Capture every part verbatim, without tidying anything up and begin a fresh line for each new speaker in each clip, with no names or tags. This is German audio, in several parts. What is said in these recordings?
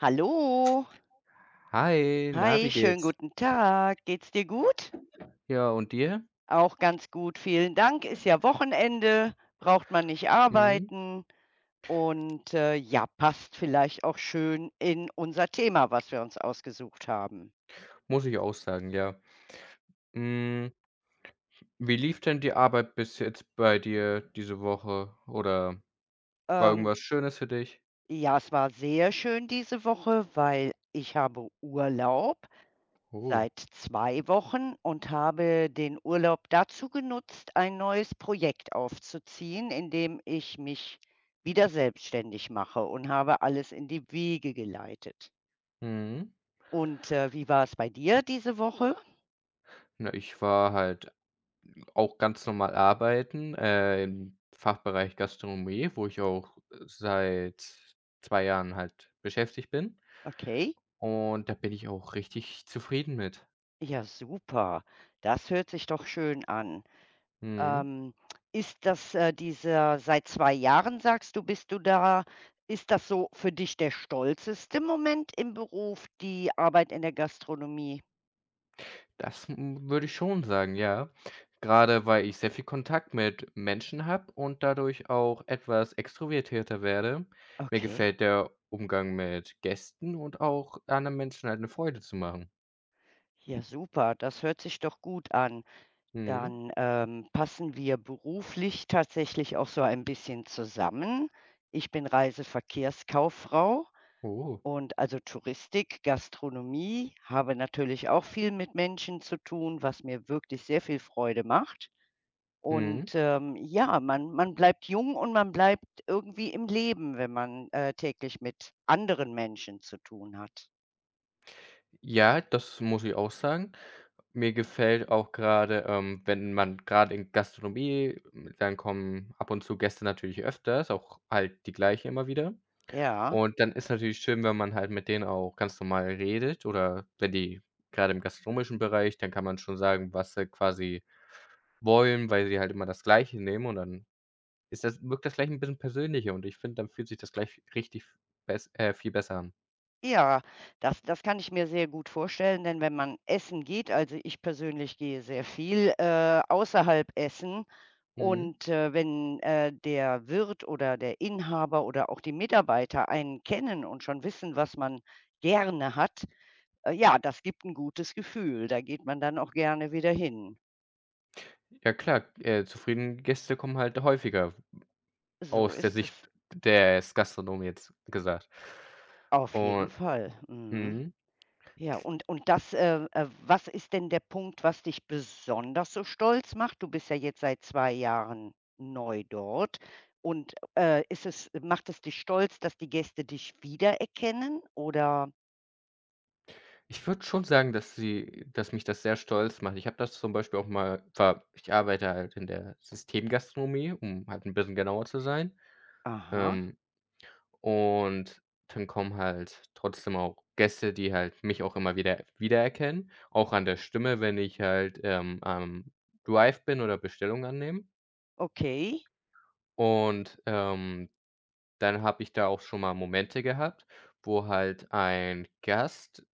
Hallo.
Hi, na,
Hi,
wie
schönen
geht's?
guten Tag. Geht's dir gut?
Ja, und dir?
Auch ganz gut, vielen Dank. Ist ja Wochenende, braucht man nicht
Mhm.
arbeiten, und, äh, ja, passt vielleicht auch schön in unser Thema, was wir uns ausgesucht haben.
Muss ich auch sagen, ja. Hm, wie lief denn die Arbeit bis jetzt bei dir diese Woche, oder war
Ähm,
irgendwas Schönes für dich?
ja, es war sehr schön diese Woche, weil ich habe Urlaub
Oh.
seit zwei Wochen und habe den Urlaub dazu genutzt, ein neues Projekt aufzuziehen, in dem ich mich wieder selbstständig mache und habe alles in die Wege geleitet.
Mhm.
Und, äh, wie war es bei dir diese Woche?
Na, ich war halt auch ganz normal arbeiten, äh, im Fachbereich Gastronomie, wo ich auch äh, seit zwei Jahren halt beschäftigt bin.
Okay.
Und da bin ich auch richtig zufrieden mit.
Ja, super. Das hört sich doch schön an.
Mhm.
Ähm, Ist das, äh, dieser seit zwei Jahren sagst du, bist du da, ist das so für dich der stolzeste Moment im Beruf, die Arbeit in der Gastronomie?
Das, hm, würde ich schon sagen, ja. Gerade weil ich sehr viel Kontakt mit Menschen habe und dadurch auch etwas extrovertierter werde. Mir
Okay.
gefällt der Umgang mit Gästen und auch anderen Menschen halt eine Freude zu machen.
Ja, super. Das hört sich doch gut an.
Mhm.
Dann, ähm, passen wir beruflich tatsächlich auch so ein bisschen zusammen. Ich bin Reiseverkehrskauffrau
Oh.
und also Touristik, Gastronomie, habe natürlich auch viel mit Menschen zu tun, was mir wirklich sehr viel Freude macht.
Mhm.
Und, ähm, ja, man man bleibt jung und man bleibt irgendwie im Leben, wenn man, äh, täglich mit anderen Menschen zu tun hat.
Ja, das muss ich auch sagen. Mir gefällt auch gerade, ähm, wenn man gerade in Gastronomie m, dann kommen ab und zu Gäste natürlich öfters, auch halt die gleichen immer wieder.
Ja.
Und dann ist natürlich schön, wenn man halt mit denen auch ganz normal redet. Oder wenn die gerade im gastronomischen Bereich, dann kann man schon sagen, was sie quasi wollen, weil sie halt immer das Gleiche nehmen, und dann ist das wirkt das gleich ein bisschen persönlicher, und ich finde, dann fühlt sich das gleich richtig bess äh, viel besser an.
Ja, das das kann ich mir sehr gut vorstellen, denn wenn man essen geht, also, ich persönlich gehe sehr viel, äh, außerhalb essen,
Mhm.
und, äh, wenn, äh, der Wirt oder der Inhaber oder auch die Mitarbeiter einen kennen und schon wissen, was man gerne hat, äh, ja, das gibt ein gutes Gefühl. Da geht man dann auch gerne wieder hin.
Ja klar, äh, zufriedene Gäste kommen halt häufiger,
So
aus der
ist es.
Sicht des Gastronomen jetzt gesagt.
Auf jeden
Und
Fall. Mhm.
mhm.
Ja, und und das, äh, äh was ist denn der Punkt, was dich besonders so stolz macht? Du bist ja jetzt seit zwei Jahren neu dort, und, äh, ist es macht es dich stolz, dass die Gäste dich wiedererkennen oder
Ich würde schon sagen, dass sie dass mich das sehr stolz macht. Ich habe das zum Beispiel auch mal ver ich arbeite halt in der Systemgastronomie, um halt ein bisschen genauer zu sein.
aha,
Ähm, und dann kommen halt trotzdem auch Gäste, die halt mich auch immer wieder wiedererkennen, auch an der Stimme, wenn ich halt, ähm, am Drive bin oder Bestellungen annehme.
okay.
Und, ähm, dann habe ich da auch schon mal Momente gehabt, wo halt ein Gast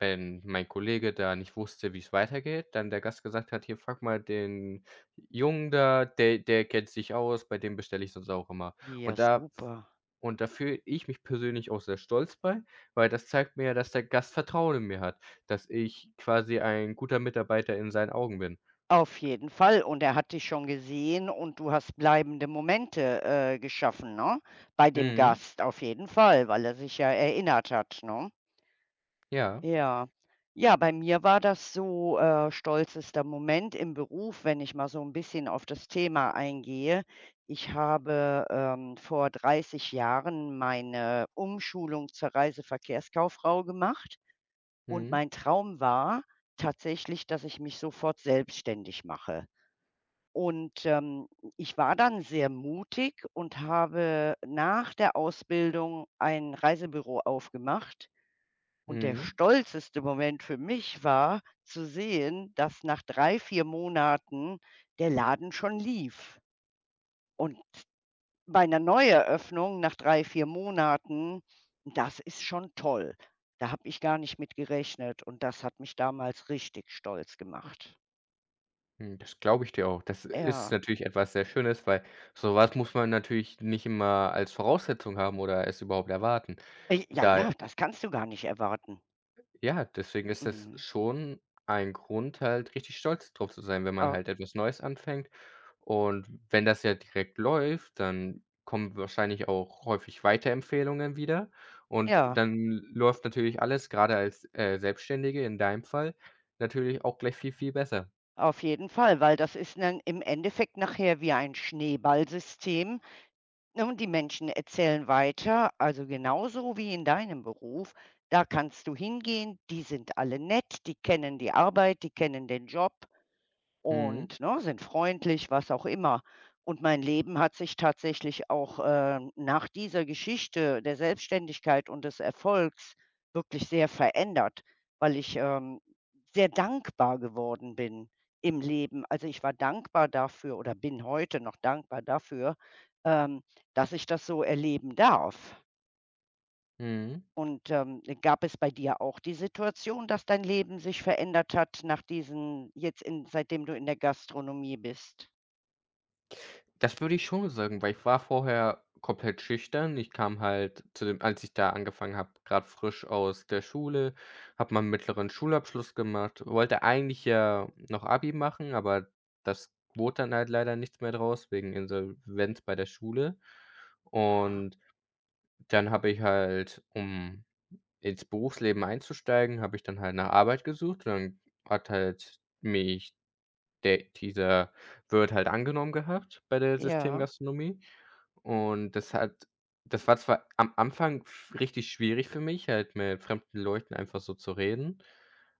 wenn mein Kollege da nicht wusste, wie es weitergeht, dann der Gast gesagt hat: „Hier, frag mal den Jungen da, der der kennt sich aus, bei dem bestelle ich sonst auch immer.“
Ja,
Und da
super.
und da fühle ich mich persönlich auch sehr stolz bei, weil das zeigt mir ja, dass der Gast Vertrauen in mir hat, dass ich quasi ein guter Mitarbeiter in seinen Augen bin.
Auf jeden Fall, und er hat dich schon gesehen und du hast bleibende Momente, äh, geschaffen, ne? Bei dem
Mhm,
Gast auf jeden Fall, weil er sich ja erinnert hat, ne?
ja,
Ja. Ja, bei mir war das so, äh, stolzester Moment im Beruf, wenn ich mal so ein bisschen auf das Thema eingehe. Ich habe, ähm, vor dreißig Jahren meine Umschulung zur Reiseverkehrskauffrau gemacht, und
mhm,
mein Traum war tatsächlich, dass ich mich sofort selbstständig mache. Und, ähm, ich war dann sehr mutig und habe nach der Ausbildung ein Reisebüro aufgemacht, und der
mhm,
stolzeste Moment für mich war, zu sehen, dass nach drei vier Monaten der Laden schon lief. Und bei einer Neueröffnung nach drei vier Monaten, das ist schon toll. Da habe ich gar nicht mit gerechnet und das hat mich damals richtig stolz gemacht.
mhm, das glaube ich dir auch. Das ist
Ja.
natürlich etwas sehr Schönes, weil sowas muss man natürlich nicht immer als Voraussetzung haben oder es überhaupt erwarten.
Äh, ja,
Da
ja, das kannst du gar nicht erwarten.
Ja, deswegen ist das
Mhm.
schon ein Grund, halt richtig stolz drauf zu sein, wenn man
Au
halt etwas Neues anfängt. Und wenn das ja direkt läuft, dann kommen wahrscheinlich auch häufig Weiterempfehlungen wieder. Und
ja,
dann läuft natürlich alles, gerade als, äh, Selbstständige in deinem Fall, natürlich auch gleich viel, viel besser.
auf jeden Fall, weil das ist dann im Endeffekt nachher wie ein Schneeballsystem. Ne, und die Menschen erzählen weiter, also genauso wie in deinem Beruf, da kannst du hingehen, die sind alle nett, die kennen die Arbeit, die kennen den Job,
Mhm,
und, ne, sind freundlich, was auch immer. Und mein Leben hat sich tatsächlich auch, äh, nach dieser Geschichte der Selbstständigkeit und des Erfolgs wirklich sehr verändert, weil ich, ähm, sehr dankbar geworden bin im Leben. Also, ich war dankbar dafür oder bin heute noch dankbar dafür, ähm, dass ich das so erleben darf.
mhm.
Und, ähm, gab es bei dir auch die Situation, dass dein Leben sich verändert hat nach diesen jetzt in seitdem du in der Gastronomie bist?
Das würde ich schon sagen, weil ich war vorher komplett schüchtern. Ich kam halt zu dem, als ich da angefangen habe, gerade frisch aus der Schule, habe meinen mittleren Schulabschluss gemacht, wollte eigentlich ja noch Abi machen, aber das wurde dann halt leider nichts mehr draus wegen Insolvenz bei der Schule. Und dann habe ich halt, um ins Berufsleben einzusteigen, habe ich dann halt nach Arbeit gesucht, und dann hat halt mich der dieser wird halt angenommen gehabt bei der
Ja.
Systemgastronomie, und das hat das war zwar am Anfang f richtig schwierig für mich, halt mit fremden Leuten einfach so zu reden,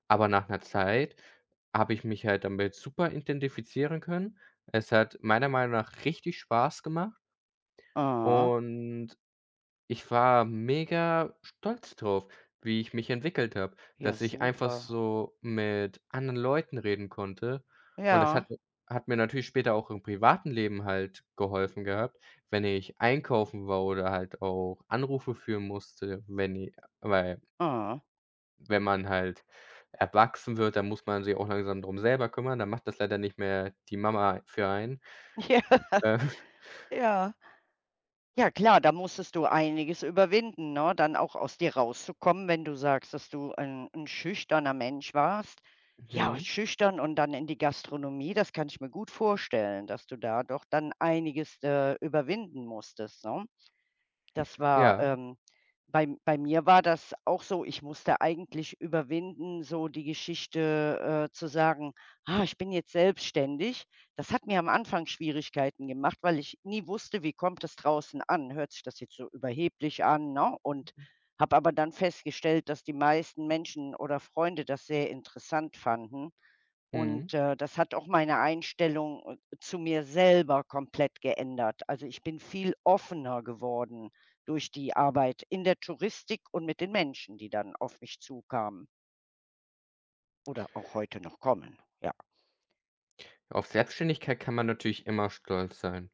aber nach einer Zeit habe ich mich halt damit super identifizieren können. Es hat meiner Meinung nach richtig Spaß gemacht,
Ah,
und ich war mega stolz drauf, wie ich mich entwickelt habe,
ja
dass ich einfach
super.
so mit anderen Leuten reden konnte. Und das
Ja,
hat hat mir natürlich später auch im privaten Leben halt geholfen gehabt, wenn ich einkaufen war oder halt auch Anrufe führen musste, wenn i weil
ah.
wenn man halt erwachsen wird, dann muss man sich auch langsam drum selber kümmern. Dann macht das leider nicht mehr die Mama für einen.
Ja,
Äh,
ja. Ja klar, da musstest du einiges überwinden, ne, dann auch aus dir rauszukommen, wenn du sagst, dass du ein 'n schüchterner Mensch warst. Ja,
mhm,
schüchtern und dann in die Gastronomie, das kann ich mir gut vorstellen, dass du da doch dann einiges, äh, überwinden musstest, ne? Das war
ja,
ähm, bei bei mir war das auch so, ich musste eigentlich überwinden, so die Geschichte, äh, zu sagen: „Ah, ich bin jetzt selbstständig.“ Das hat mir am Anfang Schwierigkeiten gemacht, weil ich nie wusste, wie kommt das draußen an? Hört sich das jetzt so überheblich an, ne? Und habe aber dann festgestellt, dass die meisten Menschen oder Freunde das sehr interessant fanden.
mhm.
Und, äh, das hat auch meine Einstellung, äh, zu mir selber komplett geändert. Also, ich bin viel offener geworden durch die Arbeit in der Touristik und mit den Menschen, die dann auf mich zukamen oder auch heute noch kommen, ja.
Auf Selbstständigkeit kann man natürlich immer stolz sein.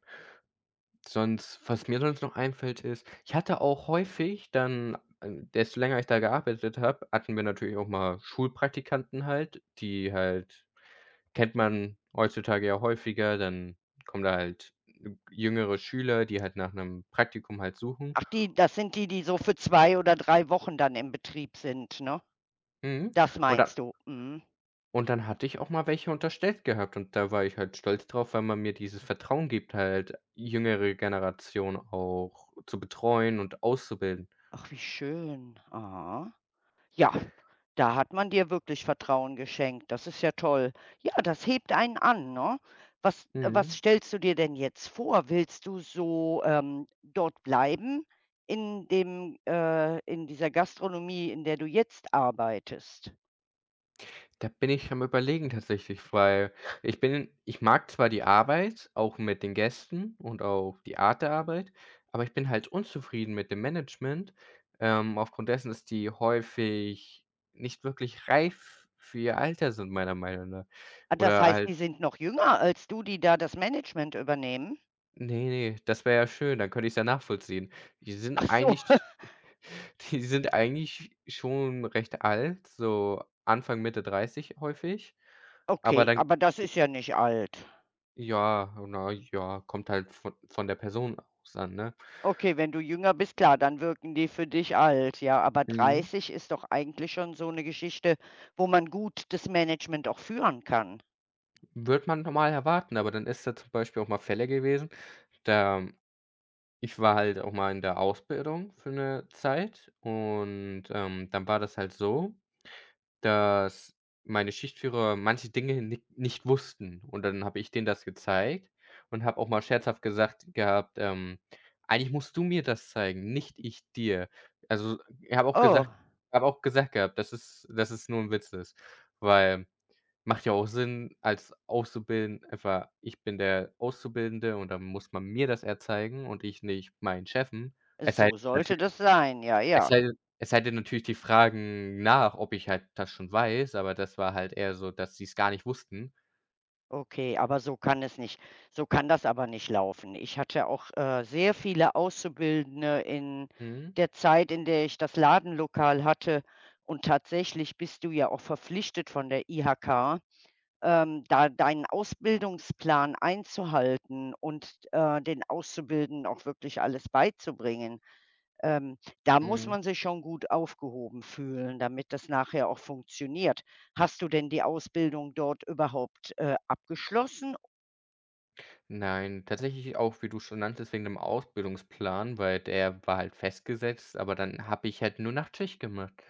Sonst, was mir sonst noch einfällt, ist, ich hatte auch häufig dann, äh, desto länger ich da gearbeitet habe, hatten wir natürlich auch mal Schulpraktikanten halt, die halt kennt man heutzutage ja häufiger, dann kommen da halt jüngere Schüler, die halt nach einem Praktikum halt suchen.
Ach, die das sind die, die so für zwei oder drei Wochen dann im Betrieb sind, ne?
Mhm.
Das
Und dann
meinst du? Mhm.
und dann hatte ich auch mal welche unterstellt gehabt, und da war ich halt stolz drauf, weil man mir dieses Vertrauen gibt, halt jüngere Generation auch zu betreuen und auszubilden.
Ach, wie schön. Aha. Ja, da hat man dir wirklich Vertrauen geschenkt. Das ist ja toll. Ja, das hebt einen an, ne? Was was
Mhm.
stellst du dir denn jetzt vor? Willst du so, ähm, dort bleiben in dem äh, in dieser Gastronomie, in der du jetzt arbeitest?
Da bin ich am Überlegen tatsächlich, weil ich bin ich mag zwar die Arbeit, auch mit den Gästen und auch die Art der Arbeit, aber ich bin halt unzufrieden mit dem Management, ähm, aufgrund dessen, dass die häufig nicht wirklich reif für ihr Alter sind, meiner Meinung nach.
Ah, das
Oder
heißt, die
halt
sind noch jünger als du, die da das Management übernehmen?
nee, nee, das wäre ja schön, dann könnte ich es ja nachvollziehen. Die sind
Ach so,
eigentlich Die sind eigentlich schon recht alt, so Anfang, Mitte dreißig häufig, aber
okay,
dann
aber das ist ja nicht alt.
Ja, na ja, kommt halt von von der Person aus an, ne?
Okay, wenn du jünger bist, klar, dann wirken die für dich alt, ja. Aber
Mhm.
dreißig ist doch eigentlich schon so eine Geschichte, wo man gut das Management auch führen kann.
Würde man normal erwarten, aber dann ist da zum Beispiel auch mal Fälle gewesen, da ich war halt auch mal in der Ausbildung für eine Zeit und, ähm, dann war das halt so, dass meine Schichtführer manche Dinge ni nicht wussten, und dann habe ich denen das gezeigt und habe auch mal scherzhaft gesagt gehabt, ähm: „Eigentlich musst du mir das zeigen, nicht ich dir.“ Also, ich habe auch gesagt
Oh,
habe auch gesagt gehabt, dass es dass es nur 'n Witz ist, weil macht ja auch Sinn. Als Auszubildend, einfach, ich bin der Auszubildende, und dann muss man mir das erzeigen und ich nicht meinen Chefen. Es sei
so
denn, natü
sollte das sein. Ja,
es
ja.
sei denn es sei denn natürlich, die fragen nach, ob ich halt das schon weiß, aber das war halt eher so, dass sie's gar nicht wussten.
Okay, aber so kann es nicht so kann das aber nicht laufen. Ich hatte auch, äh, sehr viele Auszubildende in
Mhm,
der Zeit, in der ich das Ladenlokal hatte. Und tatsächlich bist du ja auch verpflichtet von der I H K, ähm, da deinen Ausbildungsplan einzuhalten und, äh, den Auszubildenden auch wirklich alles beizubringen, ähm, da muss
mhm.
man sich schon gut aufgehoben fühlen, damit das nachher auch funktioniert. Hast du denn die Ausbildung dort überhaupt, äh, abgeschlossen?
Nein, tatsächlich auch, wie du schon nanntest, wegen dem Ausbildungsplan, weil der war halt festgesetzt, aber dann habe ich halt nur Nachtschicht gemacht.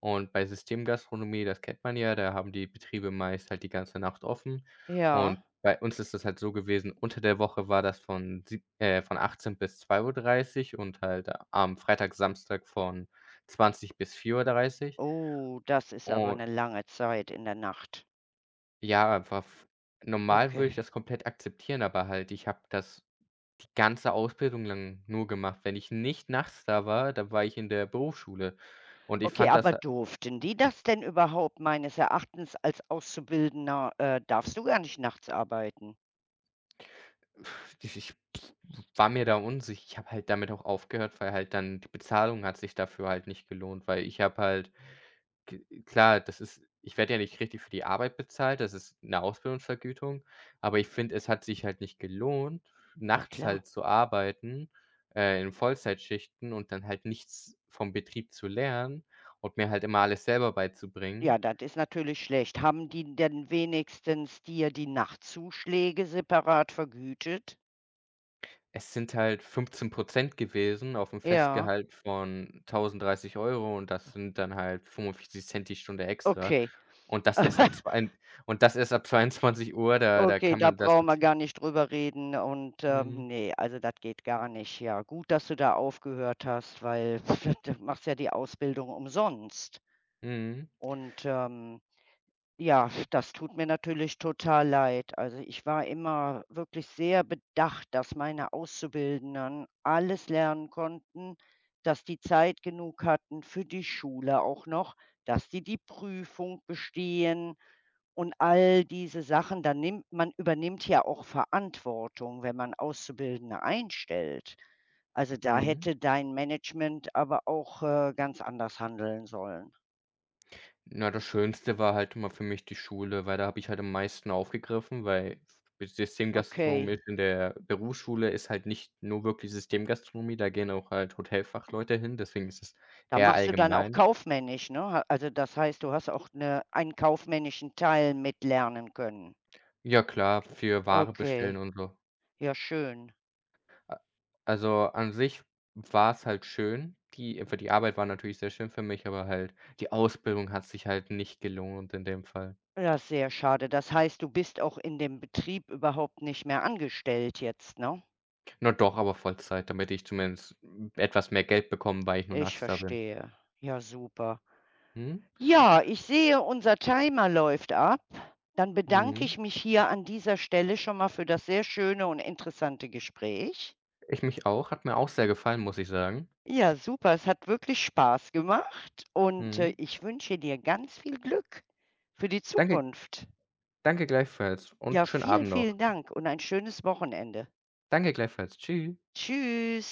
Und bei Systemgastronomie, das kennt man ja, da haben die Betriebe meist halt die ganze Nacht offen.
Ja.
Und bei uns ist das halt so gewesen, unter der Woche war das von, sieb äh, von achtzehn bis zwei Uhr dreißig und halt am Freitag, Samstag von zwanzig bis vier Uhr dreißig.
Oh, das ist aber
Und
eine lange Zeit in der Nacht.
ja, einfach f normal würde ich
Okay.
das komplett akzeptieren, aber halt, ich habe das die ganze Ausbildung lang nur gemacht. Wenn ich nicht nachts da war, da war ich in der Berufsschule. Und ich
Okay,
fand das
aber
ha
durften die das denn überhaupt, meines Erachtens als Auszubildender, äh darfst du gar nicht nachts arbeiten?
ich ich war mir da unsich ich habe halt damit auch aufgehört, weil halt dann die Bezahlung hat sich dafür halt nicht gelohnt, weil ich habe halt K klar, das ist, ich werde ja nicht richtig für die Arbeit bezahlt, das ist eine Ausbildungsvergütung, aber ich finde, es hat sich halt nicht gelohnt,
Ja,
nachts
klar.
halt zu arbeiten, äh, in Vollzeitschichten und dann halt nichts vom Betrieb zu lernen und mir halt immer alles selber beizubringen.
Ja, das ist natürlich schlecht. Haben die denn wenigstens dir die Nachtzuschläge separat vergütet?
Es sind halt fünfzehn gewesen auf auf'm
Ja,
Festgehalt von tausenddreißig Euro, und das sind dann halt fünfundvierzig Cent die Stunde extra,
okay.
und das erst ab zwei und das erst ab zweiundzwanzig Uhr. da da
Okay,
kann
da
man das
brauchen wir
nicht
gar nicht drüber reden und,
mhm.
ähm, ne, also das geht gar nicht. Ja, gut, dass du da aufgehört hast, weil du machst ja die Ausbildung umsonst
Mhm,
und, ähm ja, das tut mir natürlich total leid. Also, ich war immer wirklich sehr bedacht, dass meine Auszubildenden alles lernen konnten, dass die Zeit genug hatten für die Schule auch noch, dass die die Prüfung bestehen und all diese Sachen. Dann nimmt man übernimmt ja auch Verantwortung, wenn man Auszubildende einstellt. Also, da
mhm.
hätte dein Management aber auch, äh, ganz anders handeln sollen.
Na, das Schönste war halt immer für mich die Schule, weil da habe ich halt am meisten aufgegriffen, weil Systemgastronomie
Okay.
in der Berufsschule ist halt nicht nur wirklich Systemgastronomie, da gehen auch halt Hotelfachleute hin, deswegen ist es
Da
eher
machst du dann auch
allgemein.
kaufmännisch, ne? Ha, also, das heißt, du hast auch 'ne einen kaufmännischen Teil mitlernen können.
Ja klar, für Ware bestellen
Okay,
und so.
ja schön.
A Also, an sich war es halt schön. Die einfach die Arbeit war natürlich sehr schön für mich, aber halt die Ausbildung hat sich halt nicht gelohnt in dem Fall.
Ja, sehr schade. Das heißt, du bist auch in dem Betrieb überhaupt nicht mehr angestellt jetzt, ne?
Na doch, aber Vollzeit, damit ich zumindest etwas mehr Geld bekomme, weil ich nur
Ich
nachts da bin.
verstehe. Ja, super.
Mhm,
Ja, ich sehe, unser Timer läuft ab. Dann bedanke
mhm.
ich mich hier an dieser Stelle schon mal für das sehr schöne und interessante Gespräch.
Ich mich auch, hat mir auch sehr gefallen, muss ich sagen.
Ja, super. Es hat wirklich Spaß gemacht und, äh,
Mhm.
ich wünsche dir ganz viel Glück für die
Danke,
Zukunft.
danke gleichfalls
Ja,
und schönen
vielen,
Abend noch.
vielen Dank und ein schönes Wochenende.
Danke gleichfalls. Tschü
Tschüss.